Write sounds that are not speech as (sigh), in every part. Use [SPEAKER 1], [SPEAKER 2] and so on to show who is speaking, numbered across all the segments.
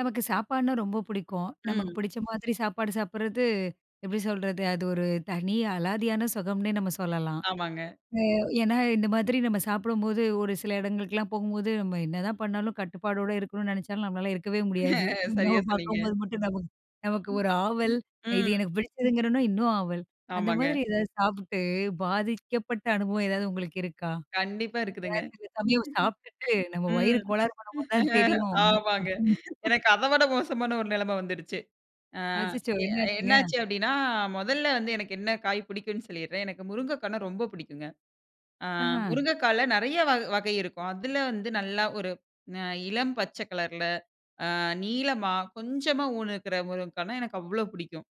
[SPEAKER 1] நமக்கு சாப்பாடுனா ரொம்ப பிடிக்கும். நமக்கு
[SPEAKER 2] ம்.
[SPEAKER 1] பிடிச்ச மாதிரி சாப்பாடு சாப்பிடுறது, எப்படி சொல்றது? அது ஒரு தனி அலாதியான சுகம்னே நம்ம சொல்லலாம்.
[SPEAKER 2] ஆமாங்க.
[SPEAKER 1] ஏன்னா, இந்த மாதிரி நம்ம சாப்பிடும்போது ஒரு சில இடங்களுக்கெல்லாம் போகும்போது, நம்ம என்னதான் பண்ணாலும் கட்டுப்பாடோட இருக்கணும்னு நெனைச்சாலும் நம்மளால இருக்கவே முடியாது. உணவ
[SPEAKER 2] சரியா சொன்னீங்க.
[SPEAKER 1] பார்க்கும்போது மட்டும் நமக்கு நமக்கு ஒரு ஆவல். இது
[SPEAKER 2] ம்.
[SPEAKER 1] எனக்கு பிடிச்சதுங்கிறன்னா இன்னும் ஆவல். அந்த
[SPEAKER 2] ஆமாங்க.
[SPEAKER 1] மாதிரி ஏதாவது சாப்பிட்டு பாதிக்கப்பட்ட அனுபவம் ஏதாவது உங்களுக்கு இருக்கா?
[SPEAKER 2] கண்டிப்பா இருக்குதுங்க.
[SPEAKER 1] சில சமயம் சாப்பிட்டுட்டு நம்ம வயிறு
[SPEAKER 2] ம்.
[SPEAKER 1] கோளாறு பண்ணும்போது தான் தெரியும்.
[SPEAKER 2] ஆமாங்க. எனக்கு அத விட மோசமான ஒரு நிலைமை வந்துடுச்சு. அ
[SPEAKER 1] அச்சச்சோ!
[SPEAKER 2] எ
[SPEAKER 1] என்ன ஆச்சுங்க?
[SPEAKER 2] என்னாச்சு அப்டின்னா, முதல்ல வந்து எனக்கு என்ன காய் பிடிக்கும்னு சொல்லிர்றேன். எனக்கு முருங்கைக்கானா ரொம்ப பிடிக்குங்க. அ
[SPEAKER 1] ஆஹ.
[SPEAKER 2] முருங்கைக்கால நெறைய வகை இருக்கும். அதுல வந்து நல்லா ஒரு அ இளம் பச்சை கலர்ல, அ நீளமா, கொஞ்சமா ஊன் இருக்கிற முருங்கைக்கானா எனக்கு அவ்ளோ பிடிக்கும்.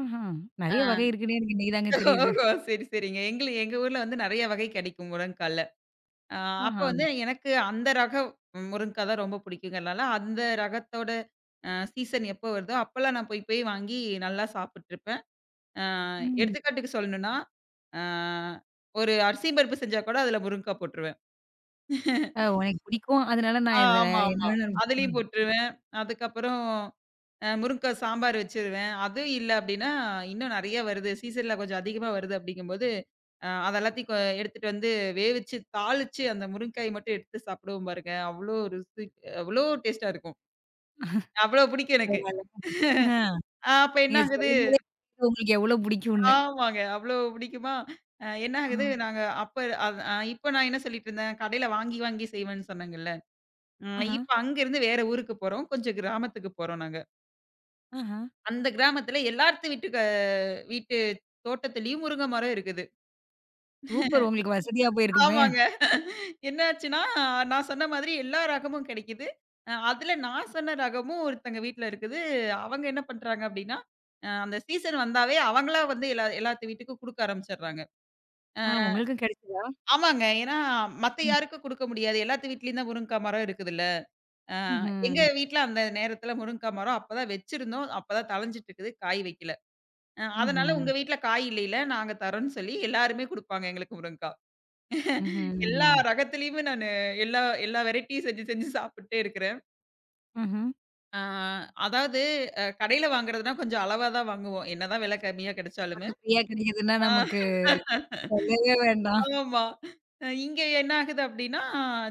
[SPEAKER 1] ஆஹா! நெறைய
[SPEAKER 2] அ.
[SPEAKER 1] வகை இருக்குன்னே எனக்கு இன்னைக்கு தாங்க தெரியுது.
[SPEAKER 2] ஓஹோ! சரி, சரிங்க. எங்க ஊர்ல வந்து நெறைய வகை கிடைக்கும் முருங்கால. அ அப்ப
[SPEAKER 1] ஆஹா!
[SPEAKER 2] வந்து எனக்கு அந்த ரக முருங்கா தான் ரொம்ப பிடிக்குங்கிறனால, அந்த ரகத்தோட சீசன் எப்போ வருதோ, அப்பலாம் நான் போய் போய் வாங்கி நல்லா சாப்பிட்டுருப்பேன். அ
[SPEAKER 1] ம்.
[SPEAKER 2] எடுத்துக்காட்டுக்கு சொல்லணும்னா, அ ஒரு அரிசி பருப்பு செஞ்சா கூட அதில முருங்கா போட்டுருவேன்.
[SPEAKER 1] அ உனக்கு பிடிக்கும். அதனால
[SPEAKER 2] ஆ,
[SPEAKER 1] நான் இதுல என்ன
[SPEAKER 2] ஆமாமா.
[SPEAKER 1] வேணாலும்
[SPEAKER 2] அதுலயும் போட்டுருவேன். அதுக்கப்புறம் முருங்கா சாம்பார் வச்சுருவேன். அதுவும் இல்ல அப்டின்னா, இன்னும் நெறைய வருது. சீசன்ல கொஞ்சம் அதிகமா வருது அப்டிங்கும்போது, அத எல்லாத்தையும் எடுத்துட்டு வந்து வேவிச்சு, தாளிச்சு அந்த முருங்காய மட்டும் எடுத்து சாப்பிடுவோம் பாருங்க. அவ்ளோ டேஸ்ட்டா இருக்கும். அவ்ளோ பிடிக்கும் எனக்கு.
[SPEAKER 1] பரவால்ல.
[SPEAKER 2] அப்ப என்ன
[SPEAKER 1] நீங்க
[SPEAKER 2] ஆகுது.
[SPEAKER 1] சொல்லும்போதே தெரியுது உங்களுக்கு எவ்வளோ பிடிக்கும்ன்னு.
[SPEAKER 2] ஆமாங்க. அவ்ளோ பிடிக்குமா, என்ன
[SPEAKER 1] ஆ.
[SPEAKER 2] ஆகுது நாங்க அப்ப அது அ இப்ப நான் என்ன சொல்லிட்டுருந்தேன், கடையில வாங்கி வாங்கி செய்வேன்னு சொன்னேங்கல்ல.
[SPEAKER 1] ஆஹா,
[SPEAKER 2] இப்ப அங்கருந்து வேற ஊருக்கு போறோம். கொஞ்சம் கிராமத்துக்கு போறோம் நாங்க.
[SPEAKER 1] ஆஹா.
[SPEAKER 2] அந்த கிராமத்துல எல்லார்த்து வீட்டு தோட்டத்திலயும் முருங்க மரம் இருக்குது.
[SPEAKER 1] சூப்பர் உங்களுக்கு வசதியா போயிருக்குமே!
[SPEAKER 2] ஆமாங்க. என்ன ஆச்சுன்னா, நான் சொன்ன மாதிரி எல்லா ரகமும் கிடைக்குது. அதுல நான் சொன்ன ரகமும் ஒருத்தங்க வீட்ல இருக்குது. அவங்க என்ன பண்றாங்க அப்டின்னா, அந்த சீசன் வந்தாவே அவங்களா வந்து எல்லாத்து வீட்டுக்கும் குடுக்க ஆரம்பிச்சர்றாங்க. அ
[SPEAKER 1] ஆ உங்களுக்கும் கிடைச்சதா?
[SPEAKER 2] ஆமாங்க. ஏன்னா, மத்த
[SPEAKER 1] ம்.
[SPEAKER 2] யாருக்கும் குடுக்க முடியாது. எல்லாத்து வீட்லயும் தான் முருங்கா மரம் இருக்குதுல்ல. அ ம். எங்க
[SPEAKER 1] ம்ஹ்ம்.
[SPEAKER 2] வீட்ல அந்த நேரத்துல முருங்கா மரம் அப்பதான் வச்சிருந்தோம். அப்பதான் தழைஞ்சிட்டு இருக்குது. காய் வைக்கல. அதனால
[SPEAKER 1] ம்ஹ்ம்.
[SPEAKER 2] உங்க வீட்ல காய் இல்லைல, நாங்க தரோன்னு சொல்லி எல்லாருமே குடுப்பாங்க எங்களுக்கு முருங்கக்கா. எல்லா
[SPEAKER 1] ம்ஹ்ம்.
[SPEAKER 2] ரகத்துலயுமே நானு எல்லா எல்லா வெரைட்டியும் செஞ்சு செஞ்சு சாப்பிட்டே இருக்கிறேன்.
[SPEAKER 1] ம்ஹ்ம்.
[SPEAKER 2] ஆ அதாவது கடையில வாங்குறதுனா கொஞ்சம் அளவா தான் வாங்குவோம். என்னதான் விலை கம்மியா கிடைச்சாலுமே.
[SPEAKER 1] நமக்கு ஃப்ரீயா கிடைக்குதுன்னா
[SPEAKER 2] ஆ
[SPEAKER 1] நமக்கு சொல்லவே வேண்டாம்.
[SPEAKER 2] ஆமா. இங்க என்ன ஆகுது அப்டின்னா,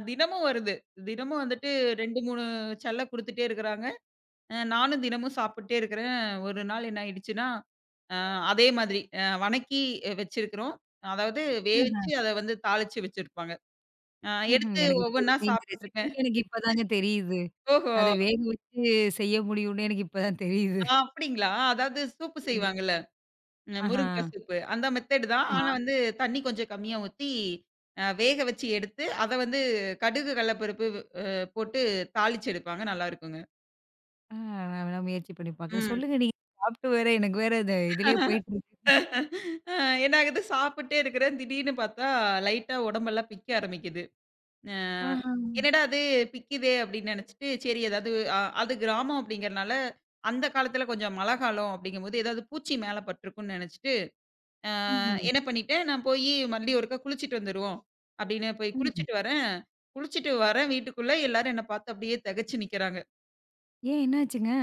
[SPEAKER 2] தினமும் வருது. தினமும் வந்துட்டு 2, 3 சல்ல குடுத்துட்டே இருக்கிறாங்க. நானும் தினமும் சாப்பிட்டே இருக்கிறேன். ஒரு நாள் என்ன ஆயிடுச்சுன்னா, அ அதே மாதிரி வணக்கி வச்சிருக்கிறோம். அதாவது வேவிச்சு அத வந்து தாளிச்சு வச்சிருப்பாங்க.
[SPEAKER 1] ம்ஹ்ம்.
[SPEAKER 2] எடுத்து
[SPEAKER 1] எனக்கு இப்ப
[SPEAKER 2] ஒவ்வொன்னா
[SPEAKER 1] இந்த இந்த ரெசிபியே
[SPEAKER 2] சாப்பிட்டுருக்கேன்.
[SPEAKER 1] எனக்கு இப்ப தாங்க தெரியுது.
[SPEAKER 2] ஓஹோ!
[SPEAKER 1] அத வேக வச்சு செய்ய முடியும்னு எனக்கு இப்ப தான் தெரியுது.
[SPEAKER 2] அப்படிங்களா? அதாவது சூப்பு
[SPEAKER 1] ம்.
[SPEAKER 2] செய்வாங்கல்ல,
[SPEAKER 1] ஆஹா.
[SPEAKER 2] முருங்கா சூப்பு. அந்த மெத்தேடு தான்.
[SPEAKER 1] ஆமா.
[SPEAKER 2] ஆனா வந்து தண்ணி கொஞ்சம் கம்மியா ஊத்தி, வேக வச்சு எடுத்து, அத வந்து கடுகு, கடலப்பருப்பு போட்டு தாளிச்சு எடுப்பாங்க. நல்லாருக்குங்க.
[SPEAKER 1] ஆ நான் வேணா முயற்சி பண்ணி பார்க்குறேன்.
[SPEAKER 2] ம்.
[SPEAKER 1] சொல்லுங்க நீங்க சாப்ட்டு வேற எனக்கு வேற இது இதுலயே போயிட்டு இருக்கு.
[SPEAKER 2] (laughs) அ என்ன ஆகுது சாப்பிட்டே இருக்கிறேன். திடீர்னு பார்த்தா லைட்டா உடம்பெல்லாம் பிக்க ஆரம்பிக்குது. அ
[SPEAKER 1] ஆஹா.
[SPEAKER 2] என்னடா அது பிக்கிதே அப்படின்னு நினைச்சுட்டு, சரி ஏதாவது, அது கிராமம் அப்படிங்கிறனால, அந்த காலத்துல கொஞ்சம் மழை காலம் அப்படிங்கும்போது ஏதாவது பூச்சி மேல பட்டுருக்கும்ன்னு நினைச்சுட்டு, அ
[SPEAKER 1] ம்ஹ்ம்.
[SPEAKER 2] என்ன பண்ணிட்டேன், நான் போயி மறுபடியும் ஒருக்கா குளிச்சுட்டு வந்துருவோம் அப்படின்னு போய்
[SPEAKER 1] ம்.
[SPEAKER 2] குளிச்சுட்டு வரேன். குளிச்சுட்டு வரேன் வீட்டுக்குள்ள எல்லாரும் என்ன பார்த்து அப்படியே திகைச்சு நிக்கிறாங்க.
[SPEAKER 1] ஏன் என்னாச்சுங்க?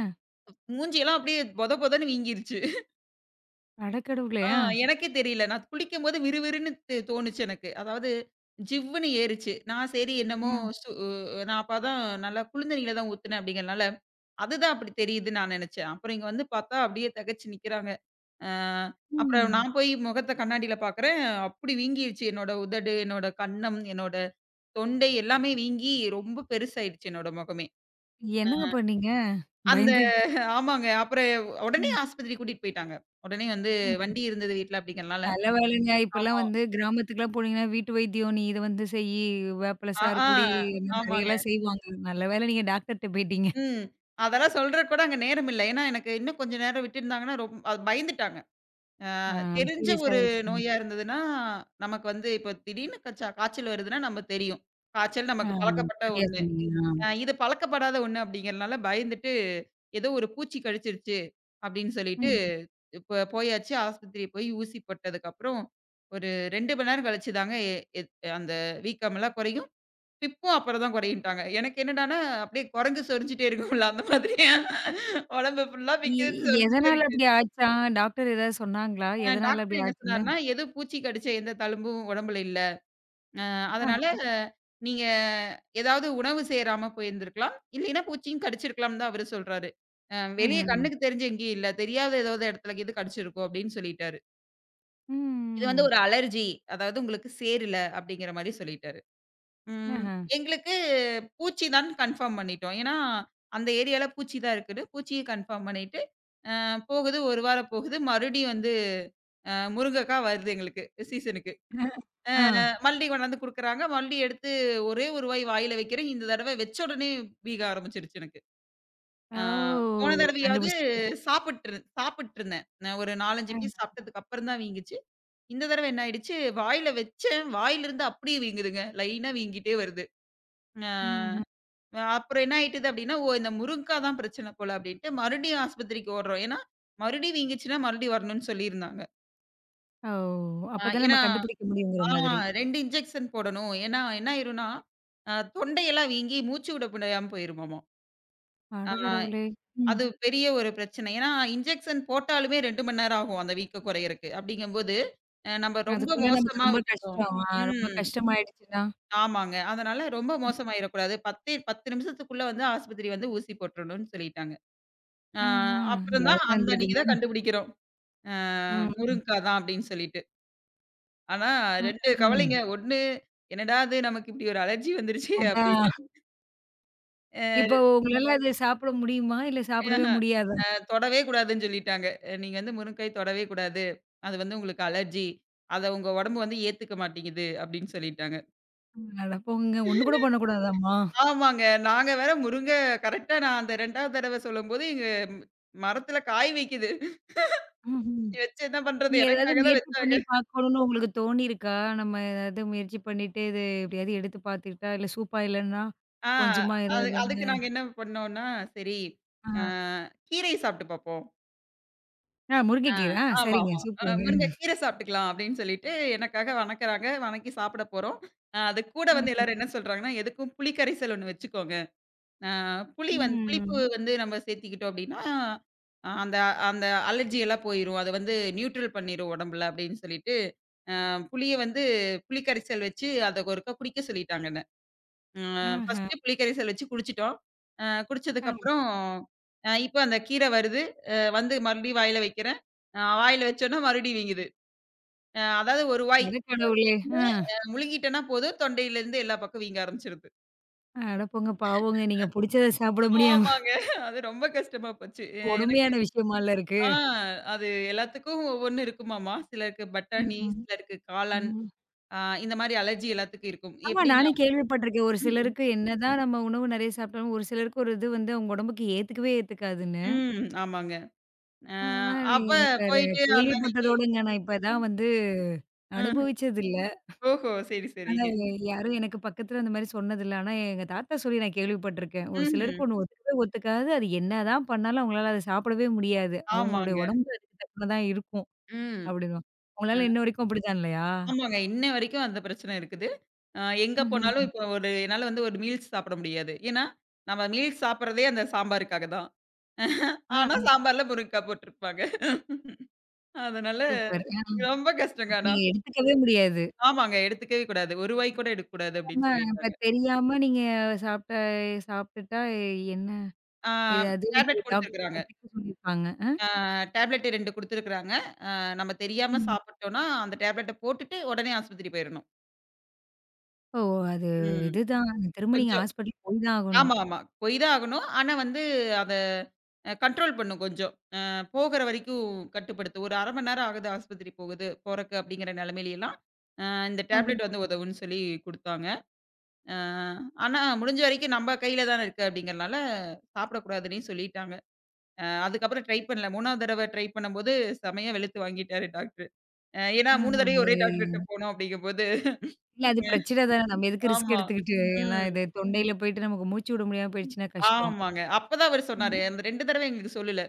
[SPEAKER 2] மூஞ்சியெல்லாம் அப்படியே பொத பொதன்னு வீங்கிருச்சு.
[SPEAKER 1] அடக்கடவுளே!
[SPEAKER 2] ஆ
[SPEAKER 1] ஆ.
[SPEAKER 2] எனக்கே தெரியல. நான் குளிக்கும்போது விறுவிறுன்னு தோணுச்சு எனக்கு. அதாவது ஜிவ்வுன்னு ஏறுச்சு. நான் சரி என்னமோ
[SPEAKER 1] யா.
[SPEAKER 2] சு நான் அப்பதான் நல்லா குளிர்ந்த நீல தான் ஊத்துனேன் அப்படிங்கிறனால அதுதான் அப்படி தெரியுதுன்னு நான் நினைச்சேன். அப்புறம் இங்க வந்து பார்த்தா அப்படியே திகைச்சு நிக்கிறாங்க. அ அப்புறம்
[SPEAKER 1] ம்.
[SPEAKER 2] நான் போய் முகத்த கண்ணாடியில பார்க்குறேன். அப்படி வீங்கிருச்சு என்னோட உதடு, என்னோட கன்னம், என்னோட தொண்டை எல்லாமே வீங்கி ரொம்ப பெருசாயிடுச்சு என்னோட முகமே.
[SPEAKER 1] என்னங்க பண்ணீங்க?
[SPEAKER 2] அந்த
[SPEAKER 1] பயந்து
[SPEAKER 2] ஆமாங்க. அப்புறம் உடனே
[SPEAKER 1] ம்.
[SPEAKER 2] ஆஸ்பத்திரிக்கு கூட்டிட்டு போயிட்டாங்க. உடனே வந்து
[SPEAKER 1] ம்.
[SPEAKER 2] வண்டி இருந்தது வீட்ல அப்படிங்கிறனால.
[SPEAKER 1] நல்ல வேலைங்க. இப்பலாம்
[SPEAKER 2] ஆமா.
[SPEAKER 1] வந்து கிராமத்துக்குலாம் போனீங்கன்னா, வீட்டு வைத்தியம் நீ இத வந்து செய்யி, வேப்பில
[SPEAKER 2] அ
[SPEAKER 1] சாறு
[SPEAKER 2] ஆ
[SPEAKER 1] குடி இன்னும்
[SPEAKER 2] ஆமாங்க.
[SPEAKER 1] நெறையலாம் செய்வாங்க. நல்ல வேளை நீங்க டாக்டர்ட்ட போயிட்டீங்க.
[SPEAKER 2] ம். அதெல்லாம் சொல்றதுக்கு கூட அங்க நேரம் இல்ல. ஏன்னா எனக்கு இன்னும் கொஞ்ச நேரம் விட்டுருந்தாங்கன்னா பயந்துட்டாங்க.
[SPEAKER 1] ஆ
[SPEAKER 2] தெரிஞ்ச
[SPEAKER 1] சீரியஸா
[SPEAKER 2] ஒரு
[SPEAKER 1] இருக்கும்.
[SPEAKER 2] நோயா இருந்ததுன்னா, நமக்கு வந்து இப்ப திடீர்னு கச்சா காய்ச்சல் வருதுன்னா நம்ம தெரியும். காய்ச்சல்
[SPEAKER 1] ஆ
[SPEAKER 2] நமக்கு பழக்கப்பட்ட
[SPEAKER 1] சரியா
[SPEAKER 2] ஒண்ணு.
[SPEAKER 1] சொன்னீங்க. ஆ.
[SPEAKER 2] இது பழக்கப்படாத ஒண்ணு அப்படிங்கிறனால பயந்துட்டு, ஏதோ ஒரு பூச்சி கடிச்சிருச்சு அப்படின்னு சொல்லிட்டு,
[SPEAKER 1] ம்ஹ்ம்.
[SPEAKER 2] இப்ப போயாச்சு ஆஸ்பத்திரி போய் ஊசி போட்டதுக்கப்புறம், ஒரு 2 மணி நேரம் கழிச்சு தாங்க எ எத் அந்த வீக்கம்லாம் குறையும். பிப்பும் அப்புறம் தான் குறையும்ட்டாங்க. எனக்கு என்னடான்னா, அப்படியே குரங்கு சொரிஞ்சுட்டே இருக்கும்ல அந்த மாதிரி. உடம்பு ஃபுல்லா
[SPEAKER 1] எ
[SPEAKER 2] பிக்கிறது சொரிஞ்சுட்டே
[SPEAKER 1] எதனால
[SPEAKER 2] இருக்கு.
[SPEAKER 1] அப்படி ஆச்சா? டாக்டர் ஏதாவது சொன்னாங்களா? எதனால
[SPEAKER 2] டாக்டர்
[SPEAKER 1] அப்படி
[SPEAKER 2] என்ன
[SPEAKER 1] ஆச்சுன்னு?
[SPEAKER 2] சொன்னாருன்னா, "எது பூச்சி கடிச்ச எந்த தழும்பும் உடம்புல இல்ல. அ அதனால நீங்க ஏதாவது உணவு சேராம போயிருந்திருக்கலாம். இல்லைன்னா பூச்சியும் கடிச்சிருக்கலாம்" தான் அவரு சொல்றாரு. வெளிய
[SPEAKER 1] ம்ஹ்ம்.
[SPEAKER 2] கண்ணுக்கு தெரிஞ்சு எங்கேயும் இல்ல. தெரியாத ஏதாவது இடத்துல கீது கடிச்சிருக்கும் அப்படின்னு சொல்லிட்டாரு. இது வந்து
[SPEAKER 1] ம்.
[SPEAKER 2] ஒரு அலர்ஜி. அதாவது உங்களுக்கு சேரல அப்படிங்கிற மாரி சொல்லிட்டாரு. ம்.
[SPEAKER 1] ஆஹா.
[SPEAKER 2] எங்களுக்கு பூச்சி தான் கன்ஃபார்ம் பண்ணிட்டோம். ஏன்னா, அந்த ஏரியால பூச்சி தான் இருக்குன்னு பூச்சிய கன்ஃபார்ம் பண்ணிட்டு, அ போகுது 1 வாரம் போகுது. மறுபடியும் வந்து முருங்கக்கா வருது எங்களுக்கு சீசனுக்கு.
[SPEAKER 1] (laughs)
[SPEAKER 2] அ
[SPEAKER 1] ஆ.
[SPEAKER 2] மறுபடியும் கொண்டாந்து குடுக்குறாங்க. மறுபடியும் எடுத்து ஒரே ஒரு வாய் வாயில வைக்கிறேன். இந்த தடவ வச்ச உடனே வீக ஆரம்பிச்சுருச்சு எனக்கு. ஆ, ஆ.
[SPEAKER 1] ஓ!
[SPEAKER 2] போன தடவையாவது
[SPEAKER 1] கண்டுபிடிச்சிட்டீங்க.
[SPEAKER 2] சாப்பிட்டுருந்தேன். நான் ஒரு 4,
[SPEAKER 1] அ.
[SPEAKER 2] 5 பீஸ் சாப்பிட்டதுக்கு அப்புறம் தான் வீங்குச்சு. இந்த தடவ என்ன ஆயிடுச்சு, வாயில வச்சேன். வாயிலிருந்து அப்படியே வீங்குதுங்க. லைனா வீங்கிட்டே வருது. ஆ.
[SPEAKER 1] ம்ஹ்ம்.
[SPEAKER 2] ம். அப்புறம் என்ன ஆயிட்டுது அப்படின்னா, ஓ! இந்த முருங்கா தான் பிரச்சனை போல அப்படின்ட்டு மறுபடியும் ஆஸ்பத்திரிக்கு ஓடுறோம். ஏன்னா, மறுபடியும் வீங்குச்சுன்னா மறுபடியும் வரணும்னு சொல்லியிருந்தாங்க.
[SPEAKER 1] ஓ!
[SPEAKER 2] ஆ
[SPEAKER 1] அப்பதான் நம்ம
[SPEAKER 2] ஏன்னா
[SPEAKER 1] கண்டுபிடிக்க முடியுங்கிற
[SPEAKER 2] ஆ
[SPEAKER 1] மாதிரி.
[SPEAKER 2] 2 இன்ஜெக்ஷன் போடணும். ஏன்னா என்ன ஆயிரும்னா, தொண்டையெல்லாம் வீங்கி மூச்சு விட முடியாம போயிருமாமாம்.
[SPEAKER 1] அட
[SPEAKER 2] ஆ
[SPEAKER 1] கடவுளே! ம்.
[SPEAKER 2] அது பெரிய ஒரு பிரச்சனை. ஏன்னா இன்ஜெக்ஷன் போட்டாலுமே 2 மணி நேரம் ஆகும் அந்த வீக்கம் குறையறக்கு. அப்படிங்கும்போது நம்ம ரொம்ப
[SPEAKER 1] அதுக்குள்ள நமக்கு
[SPEAKER 2] மோசமா
[SPEAKER 1] ரொம்ப
[SPEAKER 2] விட்டுட்டோம்.
[SPEAKER 1] கஷ்டம். ஆ ரொம்ப
[SPEAKER 2] ம்.
[SPEAKER 1] கஷ்டமாயிடுச்சுன்னா?
[SPEAKER 2] ஆமாங்க. அதனால ரொம்ப மோசமாயிரக்கூடாது. 10 10 நிமிஷத்துக்குள்ள வந்து ஆஸ்பத்திரி வந்து ஊசி போட்டுறணும்னு சொல்லிட்டாங்க. ஆ
[SPEAKER 1] ஆஹா.
[SPEAKER 2] ம். அப்புறம் தான்
[SPEAKER 1] பயமா
[SPEAKER 2] அந்த அன்னைக்கு
[SPEAKER 1] இருந்திருக்குமே!
[SPEAKER 2] தான் கண்டுபிடிக்கிறோம். ஆ
[SPEAKER 1] ம்.
[SPEAKER 2] முருங்கா தான் அப்படின்னு சொல்லிட்டு. ஆனா
[SPEAKER 1] ம்.
[SPEAKER 2] 2
[SPEAKER 1] ம்.
[SPEAKER 2] கவலைங்க. ஒண்ணு என்னடா இது நமக்கு இப்படி ஒரு அலர்ஜி வந்துருச்சே அப்படின்னு.
[SPEAKER 1] அதான்.
[SPEAKER 2] அ
[SPEAKER 1] இப்போ உங்களால அது சாப்பிட முடியுமா? இல்ல சாப்பிடவே
[SPEAKER 2] ஆஹ
[SPEAKER 1] முடியாதா?
[SPEAKER 2] அ தொடவே கூடாதுன்னு சொல்லிட்டாங்க. நீங்க வந்து முருங்கைக்காய் தொடவே கூடாது. அது வந்து உங்களுக்கு அலர்ஜி. அத உங்க உடம்பு வந்து ஏத்துக்க மாட்டேங்குது அப்படின்னு சொல்லிட்டாங்க.
[SPEAKER 1] அட போங்க. ஒண்ணு கூட பண்ணக்கூடாதாம்மா?
[SPEAKER 2] ஆமாங்க. நாங்க வேற கரெக்ட்டா நான் அந்த 2வது தடவ சொல்லும்போது எங்க ம்- மரத்துல காய் வைக்குது.
[SPEAKER 1] ம்ஹ்ம்.
[SPEAKER 2] வச்சு என்ன பண்றது?
[SPEAKER 1] நீங்க ஏதாவது
[SPEAKER 2] எனக்காக தான்
[SPEAKER 1] முயற்சி
[SPEAKER 2] வச்சாங்க.
[SPEAKER 1] பண்ணி பார்க்கணும்னு உங்களுக்கு தோணியிருக்கா? நம்ம ஏதாவது முயற்சி பண்ணிட்டு, இது எப்படியாவது எடுத்து பார்த்துக்கிட்டா, இல்ல சூப்பா இல்லன்னா,
[SPEAKER 2] ஆ
[SPEAKER 1] கொஞ்சமா
[SPEAKER 2] அது
[SPEAKER 1] ஏதாவது இந்த
[SPEAKER 2] அதுக்கு நாங்க என்ன பண்ணோம்னா, சரி, அ
[SPEAKER 1] ஆ.
[SPEAKER 2] கீரை சாப்பிட்டு பார்ப்போம்.
[SPEAKER 1] ஆ
[SPEAKER 2] ஆ,
[SPEAKER 1] முருங்கைக்கீர. ஆ சரிங்க.
[SPEAKER 2] ஆமாமா.
[SPEAKER 1] சூப்பருங்க.
[SPEAKER 2] "முருங்கக்கீரை சாப்பிட்டுக்கலாம்" அப்படின்னு சொல்லிட்டு எனக்காக வணக்குறாங்க. வணக்கி சாப்பிட போறோம். அது கூட வந்து
[SPEAKER 1] ஆ.
[SPEAKER 2] எல்லாரும் என்ன சொல்றாங்கன்னா, "எதுக்கும் புளி கரைசல் ஒண்ணு வச்சுக்கோங்க. அ புளி வந்து புளிப்பு
[SPEAKER 1] ம்.
[SPEAKER 2] வந்து நம்ம சேர்த்திக்கிட்டோம் அப்படின்னா, அந்த அந்த அலர்ஜி எல்லாம் போயிரும். அது வந்து நியூட்ரல் பண்ணிரும் உடம்புல" அப்படின்னு சொல்லிட்டு, புளிய வந்து புளி கரைசல் வச்சு அத ஒருக்கா குடிக்க சொல்லிட்டாங்க என்ன. ம்.
[SPEAKER 1] ஆஹா.
[SPEAKER 2] ஃபர்ஸ்ட்டு புளிக்கரைசல் வச்சு குடிச்சிட்டோம்.
[SPEAKER 1] ஆ.
[SPEAKER 2] குடிச்சதுக்கப்புறம், இப்ப அந்த கீரை வருது. வந்து மறுபடியும் வாயில வைக்கிறேன். வாயில வச்சோனே மறுபடியும் வீங்குது. அதாவது ஒரு வாய்
[SPEAKER 1] அட கடவுளே!
[SPEAKER 2] வந்து
[SPEAKER 1] ஆ.
[SPEAKER 2] முழுங்கிட்டேன்னா போதும், தொண்டையிலேருந்து எல்லா பக்கம் வீங்க ஆரம்பிச்சுருது.
[SPEAKER 1] ஆ, அட போங்க பாவங்க. நீங்க புடிச்சத சாப்பிட முடியாம
[SPEAKER 2] ஆமாங்க. அது ரொம்ப கஷ்டமா போச்சு. எனக்கு,
[SPEAKER 1] கொடுமையான விஷயமால்ல இருக்கு.
[SPEAKER 2] ஆ அது எல்லாத்துக்கும் ஒவ்வொன்னு இருக்குமாமா. சிலருக்கு பட்டாணி,
[SPEAKER 1] ம்ஹ்ம்.
[SPEAKER 2] சிலருக்கு காளான்,
[SPEAKER 1] ம்.
[SPEAKER 2] அ இந்த மாரி அலர்ஜி எல்லாத்துக்கும் இருக்கும்.
[SPEAKER 1] ஆமா நானே
[SPEAKER 2] எப்படின்னா,
[SPEAKER 1] கேள்விப்பட்டிருக்கேன். ஒரு
[SPEAKER 2] ம்.
[SPEAKER 1] சிலருக்கு என்னதான் நம்ம உணவு நெறைய சாப்பிட்டாலும், ஒரு சிலருக்கு ஒரு இது வந்து அவங்க உடம்புக்கு ஏத்துக்கவே ஏத்துக்காதுன்னு.
[SPEAKER 2] ம். ஆமாங்க. அ
[SPEAKER 1] ஆனா,
[SPEAKER 2] அப்ப
[SPEAKER 1] எனக்கு அது
[SPEAKER 2] போயிட்டு அந்த அன்னைக்கு.
[SPEAKER 1] கேள்விப்பட்டதோடங்க. நான் இப்ப தான் வந்து
[SPEAKER 2] ம்.
[SPEAKER 1] அனுபவிச்சது இல்ல.
[SPEAKER 2] ஓஹோ! சரி,
[SPEAKER 1] ஆனா,
[SPEAKER 2] சரிங்க.
[SPEAKER 1] யாரும் எனக்கு பக்கத்துல அந்த மாரி சொன்னதில்ல. ஆனா, எங்க தாத்தா சொல்லி நான் கேள்விப்பட்டுருக்கேன். ஒரு
[SPEAKER 2] ம்ஹ்ம்.
[SPEAKER 1] சிலருக்கு ஒண்ணு ஒத்துக்கவே ஒத்துக்காது. அது என்னதான் பண்ணாலும் அவங்களால அத சாப்பிடவே முடியாது. அவங்களுடைய
[SPEAKER 2] ஆமாங்க.
[SPEAKER 1] உடம்பு அதுக்கு தக்கன தான் இருக்கும்
[SPEAKER 2] ம்.
[SPEAKER 1] அப்படின்னுவாங்க.
[SPEAKER 2] அ
[SPEAKER 1] உங்களால இன்ன வரைக்கும் அப்படிதான் இல்லையா?
[SPEAKER 2] ஆமாங்க. இன்ன வரைக்கும் அந்த பிரச்சனை இருக்குது. எங்க
[SPEAKER 1] ம்ஹ்ம்.
[SPEAKER 2] போனாலும் இப்போ ஒரு என்னால வந்து ஒரு மீல்ஸ் சாப்பிட முடியாது. ஏன்னா, நம்ம மீல்ஸ் சாப்பிடுறதே அந்த சாம்பாருக்காக தான். (laughs) ஆனா
[SPEAKER 1] ஆ
[SPEAKER 2] சாம்பார்ல முருங்கக்கா போட்டிருப்பாங்க. அதனால
[SPEAKER 1] சூப்பர். ஆ
[SPEAKER 2] ரொம்ப கஷ்டங்க
[SPEAKER 1] அப்ப
[SPEAKER 2] ஆனா.
[SPEAKER 1] நீங்க எடுத்துக்கவே முடியாது.
[SPEAKER 2] ஆமாங்க. எடுத்துக்கவே கூடாது. ஒரு வாய் கூட எடுக்கக்கூடாது அப்டின்னு
[SPEAKER 1] ஆமா, அப்ப
[SPEAKER 2] சொல்லிட்டாங்க.
[SPEAKER 1] தெரியாம நீங்க சாப்ட்ட சாப்ட்டுட்டா என்ன
[SPEAKER 2] ஆ
[SPEAKER 1] ஏதாவது
[SPEAKER 2] டேப்லெட்
[SPEAKER 1] டாக்டர்
[SPEAKER 2] குடுத்துருக்காங்க.
[SPEAKER 1] ஏதாவது திட்டு சொல்லியிருப்பாங்க.
[SPEAKER 2] ஆ டேப்லெட் 2 குடுத்துருக்காங்க. நம்ம
[SPEAKER 1] அ.
[SPEAKER 2] தெரியாம சாப்பிட்டோம்னா, அந்த டேப்லெட்ட போட்டுட்டு உடனே ஆஸ்பத்திரி போயிரணும்.
[SPEAKER 1] ஓ! அது
[SPEAKER 2] ம்.
[SPEAKER 1] இதுதான். திரும்ப நீங்க
[SPEAKER 2] கொஞ்சம்,
[SPEAKER 1] ஹாஸ்பிட்டல் போய் தான் ஆகணும்.
[SPEAKER 2] ஆமா, ஆமா. போய் தான் ஆகணும். ஆனா வந்து அத கண்ட்ரோல் பண்ணும் கொஞ்சம். போகுற வரைக்கும் கட்டுப்படுத்தும். ஒரு 1/2 மணி நேரம் ஆகுது ஆஸ்பத்திரி போகுது போறக்கு அப்படிங்கிற நிலைமையிலலாம், அ இந்த
[SPEAKER 1] ஆமா.
[SPEAKER 2] டேப்லெட் வந்து உதவும்ன்னு சொல்லி குடுத்தாங்க. அ ஆனா முடிஞ்ச வரைக்கும் நம்ம கையில தானே இருக்கு அப்படிங்கிறனால சாப்பிடக்கூடாதுன்னே சொல்லிட்டாங்க. அதுக்கப்புறம் ட்ரை பண்ணல. 3வது தடவ ட்ரை பண்ணும்போது செமையா வெளுத்து வாங்கிட்டாரு டாக்டரு. ஏன்னா 3
[SPEAKER 1] ஆஹா.
[SPEAKER 2] தடவையும் ஒரே டாக்டர்ட்ட போனோம் அப்படிங்கும்போது.
[SPEAKER 1] இல்ல அது பிரச்சனை தானே. நம்ம எதுக்கு ரிஸ்க்
[SPEAKER 2] ஆமா.
[SPEAKER 1] எடுத்துக்கிட்டு? ஏன்னா
[SPEAKER 2] ம்.
[SPEAKER 1] இது தொண்டையில போயிட்டு நமக்கு மூச்சு விட முடியாம போயிடுச்சுன்னா கஷ்டம்.
[SPEAKER 2] ஆமாங்க. அப்பதான் அவரு
[SPEAKER 1] ம்.
[SPEAKER 2] சொன்னாரு. அந்த 2 தடவ எங்களுக்கு சொல்லல.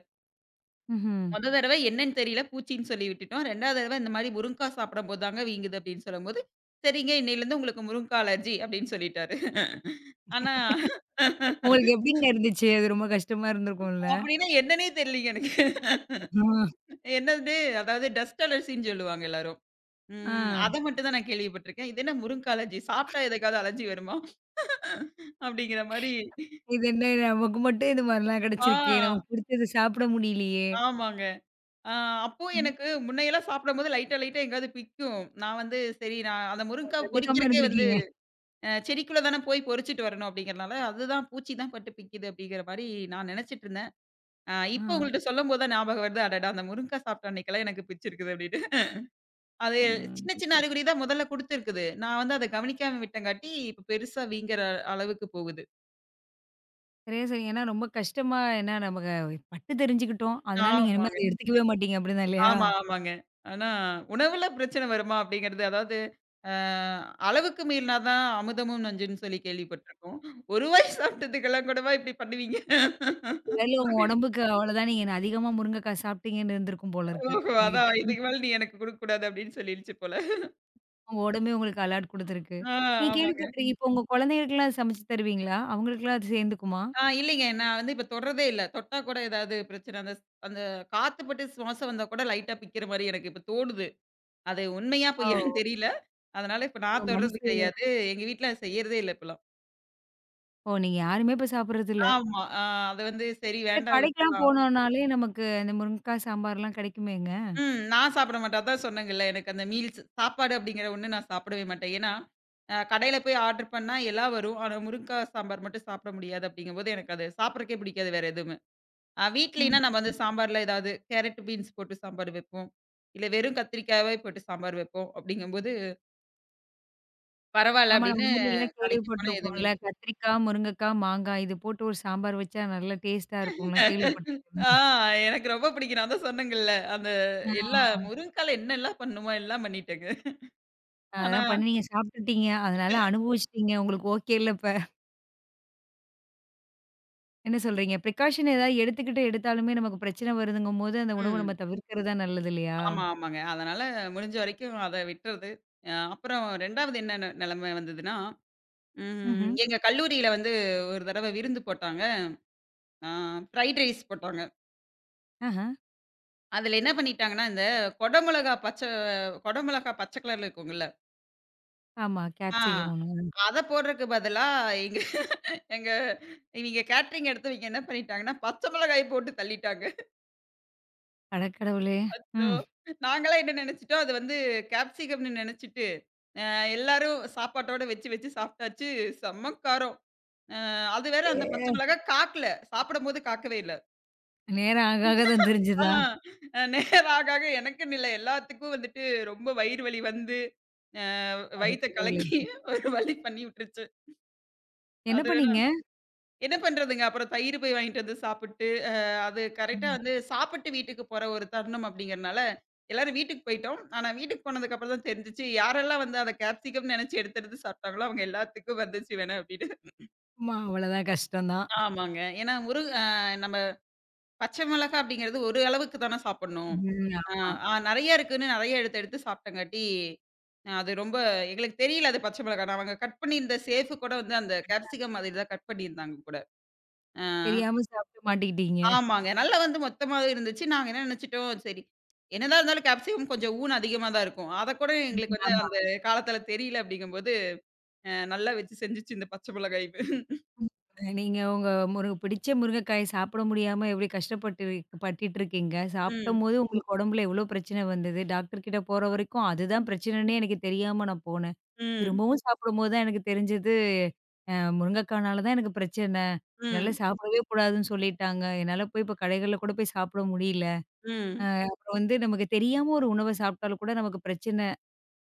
[SPEAKER 1] ம்ஹ்ம்.
[SPEAKER 2] மொத தடவ என்னன்னு தெரியல, பூச்சின்னு சொல்லி விட்டுட்டோம். 2வது தடவ இந்த மாரி முருங்கா சாப்பிடும்போது தாங்க வீங்குது அப்படின்னு சொல்லும்போது, "சரிங்க இன்னையிலருந்து உங்களுக்கு முருங்கா அலர்ஜி" அப்படின்னு சொல்லிட்டாரு. ஆனா
[SPEAKER 1] உங்களுக்கு எப்படிங்க இருந்துச்சு? அது ரொம்ப கஷ்டமா இருந்திருக்கும்ல?
[SPEAKER 2] அப்படின்னா என்னன்னே தெரியலங்க எனக்கு.
[SPEAKER 1] ம்.
[SPEAKER 2] என்னது, அதாவது டஸ்ட் அலர்ஜின்னு சொல்லுவாங்க எல்லாரும்.
[SPEAKER 1] ஆ.
[SPEAKER 2] அத மட்டும் தான் நான் கேள்விப்பட்டுருக்கேன். இது என்ன முருங்கா அலர்ஜி? சாப்பிட்டா எதுக்காவது அலர்ஜி வருமா? அப்படிங்கிற மாரி.
[SPEAKER 1] இது என்ன நமக்கு மட்டும் இது மாரிலாம்
[SPEAKER 2] ஆ
[SPEAKER 1] கிடைச்சிருக்கே! நமக்கு பிடிச்சது சாப்பிட முடியலையே!
[SPEAKER 2] ஆமாங்க. ஆ அப்போ
[SPEAKER 1] ம்.
[SPEAKER 2] எனக்கு முன்னையெல்லாம் சாப்பிடும்போது லைட்டா லைட்டா எங்கேயாவது பிக்கும். நான் வந்து சரி நான் அந்த முருங்கா
[SPEAKER 1] கண்டுக்காம
[SPEAKER 2] பொறிக்கிறக்கே வந்து,
[SPEAKER 1] இருந்திருக்கீங்க.
[SPEAKER 2] செடிக்குள்ள தானே போய் பொறிச்சுட்டு வரணும் அப்படிங்கிறனால, அதுதான் பூச்சி தான் பட்டு பிக்குது அப்படிங்கிற மாரி நான் நெனச்சுட்டு இருந்தேன்.
[SPEAKER 1] ஆ.
[SPEAKER 2] இப்ப உங்கள்ட்ட சொல்லும்போது தான் ஞாபகம் வருது. அடடா! அந்த முருங்கா சாப்பிட்ட அன்னைக்கெல்லாம் எனக்கு பிச்சிருக்குது அப்படின்னு. அது
[SPEAKER 1] ம்.
[SPEAKER 2] சின்ன சின்ன அறிகுறி தான் முதல்ல குடுத்துருக்குது. நான் வந்து அத கவனிக்காம விட்டங்காட்டி, இப்ப பெருசா வீங்கிற அளவுக்கு போகுது.
[SPEAKER 1] சரியா சொன்னீங்க. ஏன்னா ரொம்ப கஷ்டமா ஏன்னா நமக்கு பட்டு தெரிஞ்சுக்கிட்டோம். அதனால நீங்க இனிமே
[SPEAKER 2] ஆமாங்க.
[SPEAKER 1] அத எடுத்துக்கவே மாட்டீங்க. அப்படிதான் இல்லையா?
[SPEAKER 2] ஆமா, ஆமாங்க. ஆனா உணவுல பிரச்சனை வருமா அப்படிங்கிறது, அதாவது அ அளவுக்கு மீறினா தான் அமுதமும் நஞ்சுன்னு சொல்லி கேள்விப்பட்டுருக்கோம். ஒரு வாய் சாப்பிட்டதுக்கெல்லாம் கூடவா இப்படி பண்ணுவீங்க?
[SPEAKER 1] ஒருவேள உங்க உடம்புக்கு அவ்வளோதான் நீங்க அதிகமா முருங்கைக்காய் சாப்பிட்டீங்கன்னு இருந்திருக்கும் போல இருக்கு.
[SPEAKER 2] ஓஹோ!
[SPEAKER 1] எனக்கு
[SPEAKER 2] அதான்
[SPEAKER 1] தெரிஞ்சு.
[SPEAKER 2] இதுக்கு மேல நீ எனக்கு குடுக்கக்கூடாது அப்படின்னு சொல்லிருச்சு போல.
[SPEAKER 1] உங்க உடம்பே உங்களுக்கு அலர்ட் குடுத்துருக்கு.
[SPEAKER 2] ஆ
[SPEAKER 1] நீங்க
[SPEAKER 2] ஆமாங்க.
[SPEAKER 1] கேள்விப்பட்டுருக்கீங்க இப்போ உங்க குழந்தைகளுக்கெல்லாம் சமைச்சு தருவீங்களா? அவங்களுக்கெல்லாம் அது சேர்ந்துக்குமா?
[SPEAKER 2] இல்லைங்க. நான் வந்து இப்ப தொடுறதே இல்ல. தொட்டா கூட ஏதாவது பிரச்சனை. அந்த காத்து பட்டு சுவாசம் வந்தா கூட லைட்டா பிக்கிற மாரி எனக்கு இப்ப தோணுது. அது உண்மையா பொய்யான்னு
[SPEAKER 1] ஓ!
[SPEAKER 2] தெரியல. அதனால இப்ப
[SPEAKER 1] உங்க
[SPEAKER 2] நான் தொடுறது
[SPEAKER 1] மனசு
[SPEAKER 2] கிடையாது. எங்க வீட்ல செய்யறதே இல்ல இப்பலாம்.
[SPEAKER 1] ஓ! நீங்க யாருமே போய் சாப்பிடுறது இல்ல.
[SPEAKER 2] ஆமா. அது வந்து சரி
[SPEAKER 1] இல்ல
[SPEAKER 2] வேண்டாம்
[SPEAKER 1] கடைக்கெல்லாம்
[SPEAKER 2] விட்டுரலாம்.
[SPEAKER 1] போனோம்னாலே நமக்கு இந்த முருங்கைக்காய் சாம்பார்லாம் கிடைக்குமேங்க.
[SPEAKER 2] ம். நான் சாப்பிட மாட்டேன். அதான் சொன்னேங்கல்ல, எனக்கு அந்த மீல்ஸ் சாப்பாடு அப்படிங்கிற ஒண்ணு நான் சாப்பிடவே மாட்டேன். ஏன்னா, கடையில போய் ஆர்டர் பண்ணா எல்லாம் வரும். ஆனா, முருங்கா சாம்பார் மட்டும் சாப்பிட முடியாது அப்படிங்கும்போது, எனக்கு அது சாப்பிடறக்கே பிடிக்காது வேற எதுவுமே.
[SPEAKER 1] ம்.
[SPEAKER 2] வீட்லனா நம்ம வந்து சாம்பார்ல ஏதாவது கேரட், பீன்ஸ் போட்டு சாம்பார் வைப்போம். இல்ல வெறும் கத்திரிக்காவே போட்டு சாம்பார் வைப்போம். அப்படிங்கும்போது, பரவால்ல
[SPEAKER 1] ஆமா நம்ம
[SPEAKER 2] அப்படின்னு,
[SPEAKER 1] ஊர்லலாம்
[SPEAKER 2] கடைக்கு போனா எதுவுமே,
[SPEAKER 1] கேள்விப்பட்டுருப்போம்ல. கத்திரிக்காய், முருங்கைக்காய், மாங்காய் இது போட்டு ஒரு சாம்பார் வச்சா நல்லா டேஸ்ட்டா இருக்கும்லாம்
[SPEAKER 2] ஆ
[SPEAKER 1] கேள்விப்பட்டுருக்கோம்.
[SPEAKER 2] எனக்கு ரொம்ப பிடிக்கும். நான் தான் சொன்னேங்கல்ல, அந்த எல்லா
[SPEAKER 1] ஆ.
[SPEAKER 2] முருங்கால என்னெல்லாம் பண்ணுமோ எல்லாம் பண்ணிட்டேங்க. ஆனா,
[SPEAKER 1] அதெல்லாம் பண்ணி நீங்க சாப்பிட்டுட்டீங்க. அதனால அனுபவிச்சுட்டீங்க. உங்களுக்கு ஓகே இல்ல இப்ப. என்ன சொல்றீங்க? ப்ரிகாஷன் ஏதாவது எடுத்துக்கிட்டு எடுத்தாலுமே நமக்கு பிரச்சனை வருதுங்கும்போது, அந்த உணவ
[SPEAKER 2] ம்.
[SPEAKER 1] நம்ம தவிர்க்கிறது தான் நல்லது இல்லையா?
[SPEAKER 2] ஆமா, ஆமாங்க. அதனால முடிஞ்ச வரைக்கும் அத விட்டுறது. அப்புறம் 2வது என்ன நெலைம வந்ததுன்னா,
[SPEAKER 1] ம்ஹ்ம்.
[SPEAKER 2] எங்க கல்லூரியில வந்து ஒரு தடவ விருந்து போட்டாங்க. அ ஃப்ரைட் ரைஸ் போட்டாங்க.
[SPEAKER 1] ஆஹா.
[SPEAKER 2] அதுல என்ன பண்ணிட்டாங்கன்னா, இந்த கொட மொளகா பச்ச கொட மொளகா பச்ச கலர்ல இருக்குங்கல்ல.
[SPEAKER 1] ஆமா.
[SPEAKER 2] ஆ
[SPEAKER 1] கேப்சிகம் ஒண்ணு.
[SPEAKER 2] அத போடுறக்கு பதிலா, எங்க எங்க இவிங்க கேட்டரிங் எடுத்தவிங்க என்ன பண்ணிட்டாங்கன்னா, பச்ச மிளகாய போட்டு தள்ளிட்டாங்க.
[SPEAKER 1] அடக்கடவுளே!
[SPEAKER 2] ஸோ
[SPEAKER 1] ம்.
[SPEAKER 2] நாங்கலாம் என்ன நெனச்சுட்டோம், அது வந்து கேப்சிகம்னு நெனச்சுட்டு, அ எல்லாரும் சாப்பாட்டோட வச்சு வச்சு சாப்ட்டாச்சு. செம்ம காரம். அ அது வேற அந்த பச்சை
[SPEAKER 1] ஏ
[SPEAKER 2] மிளகா காக்கல. சாப்பிடும்போது காக்கவே இல்ல.
[SPEAKER 1] நேரம் ஆக ஆக தான்
[SPEAKER 2] ஆ
[SPEAKER 1] தெரிஞ்சுதா?
[SPEAKER 2] நேரம் ஆக ஆக எனக்குன்னு இல்ல. எல்லாத்துக்கும் வந்துட்டு ரொம்ப வயிறு வலி வந்து, அ வயித்த
[SPEAKER 1] அடக்கடவுளே!
[SPEAKER 2] கலக்கி (laughs) ஒரு வழி பண்ணி விட்டுருச்சு.
[SPEAKER 1] என்ன
[SPEAKER 2] அது வேணா
[SPEAKER 1] பண்ணீங்க?
[SPEAKER 2] என்ன பண்றதுங்க? அப்புறம் தயிர் போய் வாங்கிட்டு வந்து சாப்பிட்டு, அது கரெக்ட்டா
[SPEAKER 1] ம்.
[SPEAKER 2] வந்து சாப்பிட்டு வீட்டுக்கு போற ஒரு தருணம் அப்படிங்கிறனால, எல்லாரும் வீட்டுக்கு போயிட்டோம். ஆனா வீட்டுக்கு போனதுக்கு அப்புறம் தான் தெரிஞ்சுச்சு, யாரெல்லாம் வந்து அத கேப்சிகம்னு நெனைச்சு எடுத்து எடுத்து சாப்பிட்டாங்களோ, அவங்க எல்லாத்துக்கும் வந்துச்சு வேணா அப்படின்னு.
[SPEAKER 1] ஆமா. அவ்வளதான் கஷ்டம் தான்.
[SPEAKER 2] ஆமாங்க. ஏன்னா, முருங் அ நம்ம பச்சை மிளகா அப்படிங்கிறது ஒரு அளவுக்கு தானே சாப்பிடணும்.
[SPEAKER 1] ம்.
[SPEAKER 2] அ
[SPEAKER 1] ஆமா.
[SPEAKER 2] ஆ நெறைய இருக்குன்னு நெறைய எடுத்து எடுத்து சாப்பிட்டங்காட்டி, அது ரொம்ப, எங்களுக்கு தெரியல அது பச்சை மிளகான்னு. அவங்க கட் பண்ணியிருந்த சேஃப் கூட வந்து அந்த கேப்சிகம் மாதிரி தான் கட் பண்ணியிருந்தாங்க கூட. அ
[SPEAKER 1] தெரியாம சாப்பிட்டு மாட்டிக்கிட்டீங்க.
[SPEAKER 2] ஆமாங்க. நல்லா வந்து மொத்தமாவே இருந்துச்சு. நாங்க என்ன நெனச்சுட்டோம், சரி என்னதான் இருந்தாலும் கேப்சிகம் கொஞ்சம் ஊன் அதிகமா தான் இருக்கும். அதக்கூட
[SPEAKER 1] ம்.
[SPEAKER 2] எங்களுக்கு வந்து அந்த காலத்துல தெரியல அப்படிங்கும்போது, நல்லா வச்சு செஞ்சுச்சு இந்த பச்சை மிளகாய்.
[SPEAKER 1] நீங்க உங்க முரு பிடிச்ச முருங்கைக்காய சாப்பிட முடியாம எவ்வளோ கஷ்டப்பட்டு பட்டுட்டு இருக்கீங்க.
[SPEAKER 2] ம்.
[SPEAKER 1] சாப்பிட்டம்போது உங்களுக்கு உடம்புல எவ்வளோ பிரச்சனை வந்தது? டாக்டர் கிட்ட போற வரைக்கும் அதுதான்
[SPEAKER 2] ம்.
[SPEAKER 1] பிரச்சனைன்னே எனக்கு தெரியாம நான் போனேன்.
[SPEAKER 2] ம்.
[SPEAKER 1] திரும்பவும் சாப்பிடும்போது தான் எனக்கு தெரிஞ்சது, முருங்கைக்கானால தான் எனக்கு பிரச்சனை. என்னால
[SPEAKER 2] ம்.
[SPEAKER 1] சாப்பிடவே கூடாதுன்னு சொல்லிட்டாங்க. என்னால போய் இப்ப கடைகள்ல கூட போய் சாப்பிட முடியல.
[SPEAKER 2] ம்.
[SPEAKER 1] அப்புறம் வந்து நமக்கு தெரியாம ஒரு உணவ சாப்பிட்டாலும் கூட நமக்கு பிரச்சனை.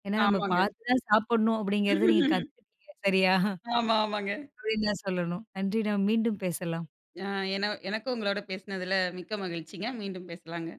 [SPEAKER 1] ஏன்னா நம்ம
[SPEAKER 2] ஆமாங்க.
[SPEAKER 1] பார்த்து தான் சாப்பிடணும் அப்படிங்கிறத நீங்க
[SPEAKER 2] (laughs)
[SPEAKER 1] கத்துக்கிட்டீங்க. சரியா?
[SPEAKER 2] ஆமா, ஆமாங்க.
[SPEAKER 1] அப்படின்னு தான் சொல்லணும். நன்றி. நம்ம மீண்டும் பேசலாம்.
[SPEAKER 2] ஆ என எனக்கும் உங்களோட பேசினதுல மிக்க மகிழ்ச்சிங்க. மீண்டும் பேசலாங்க.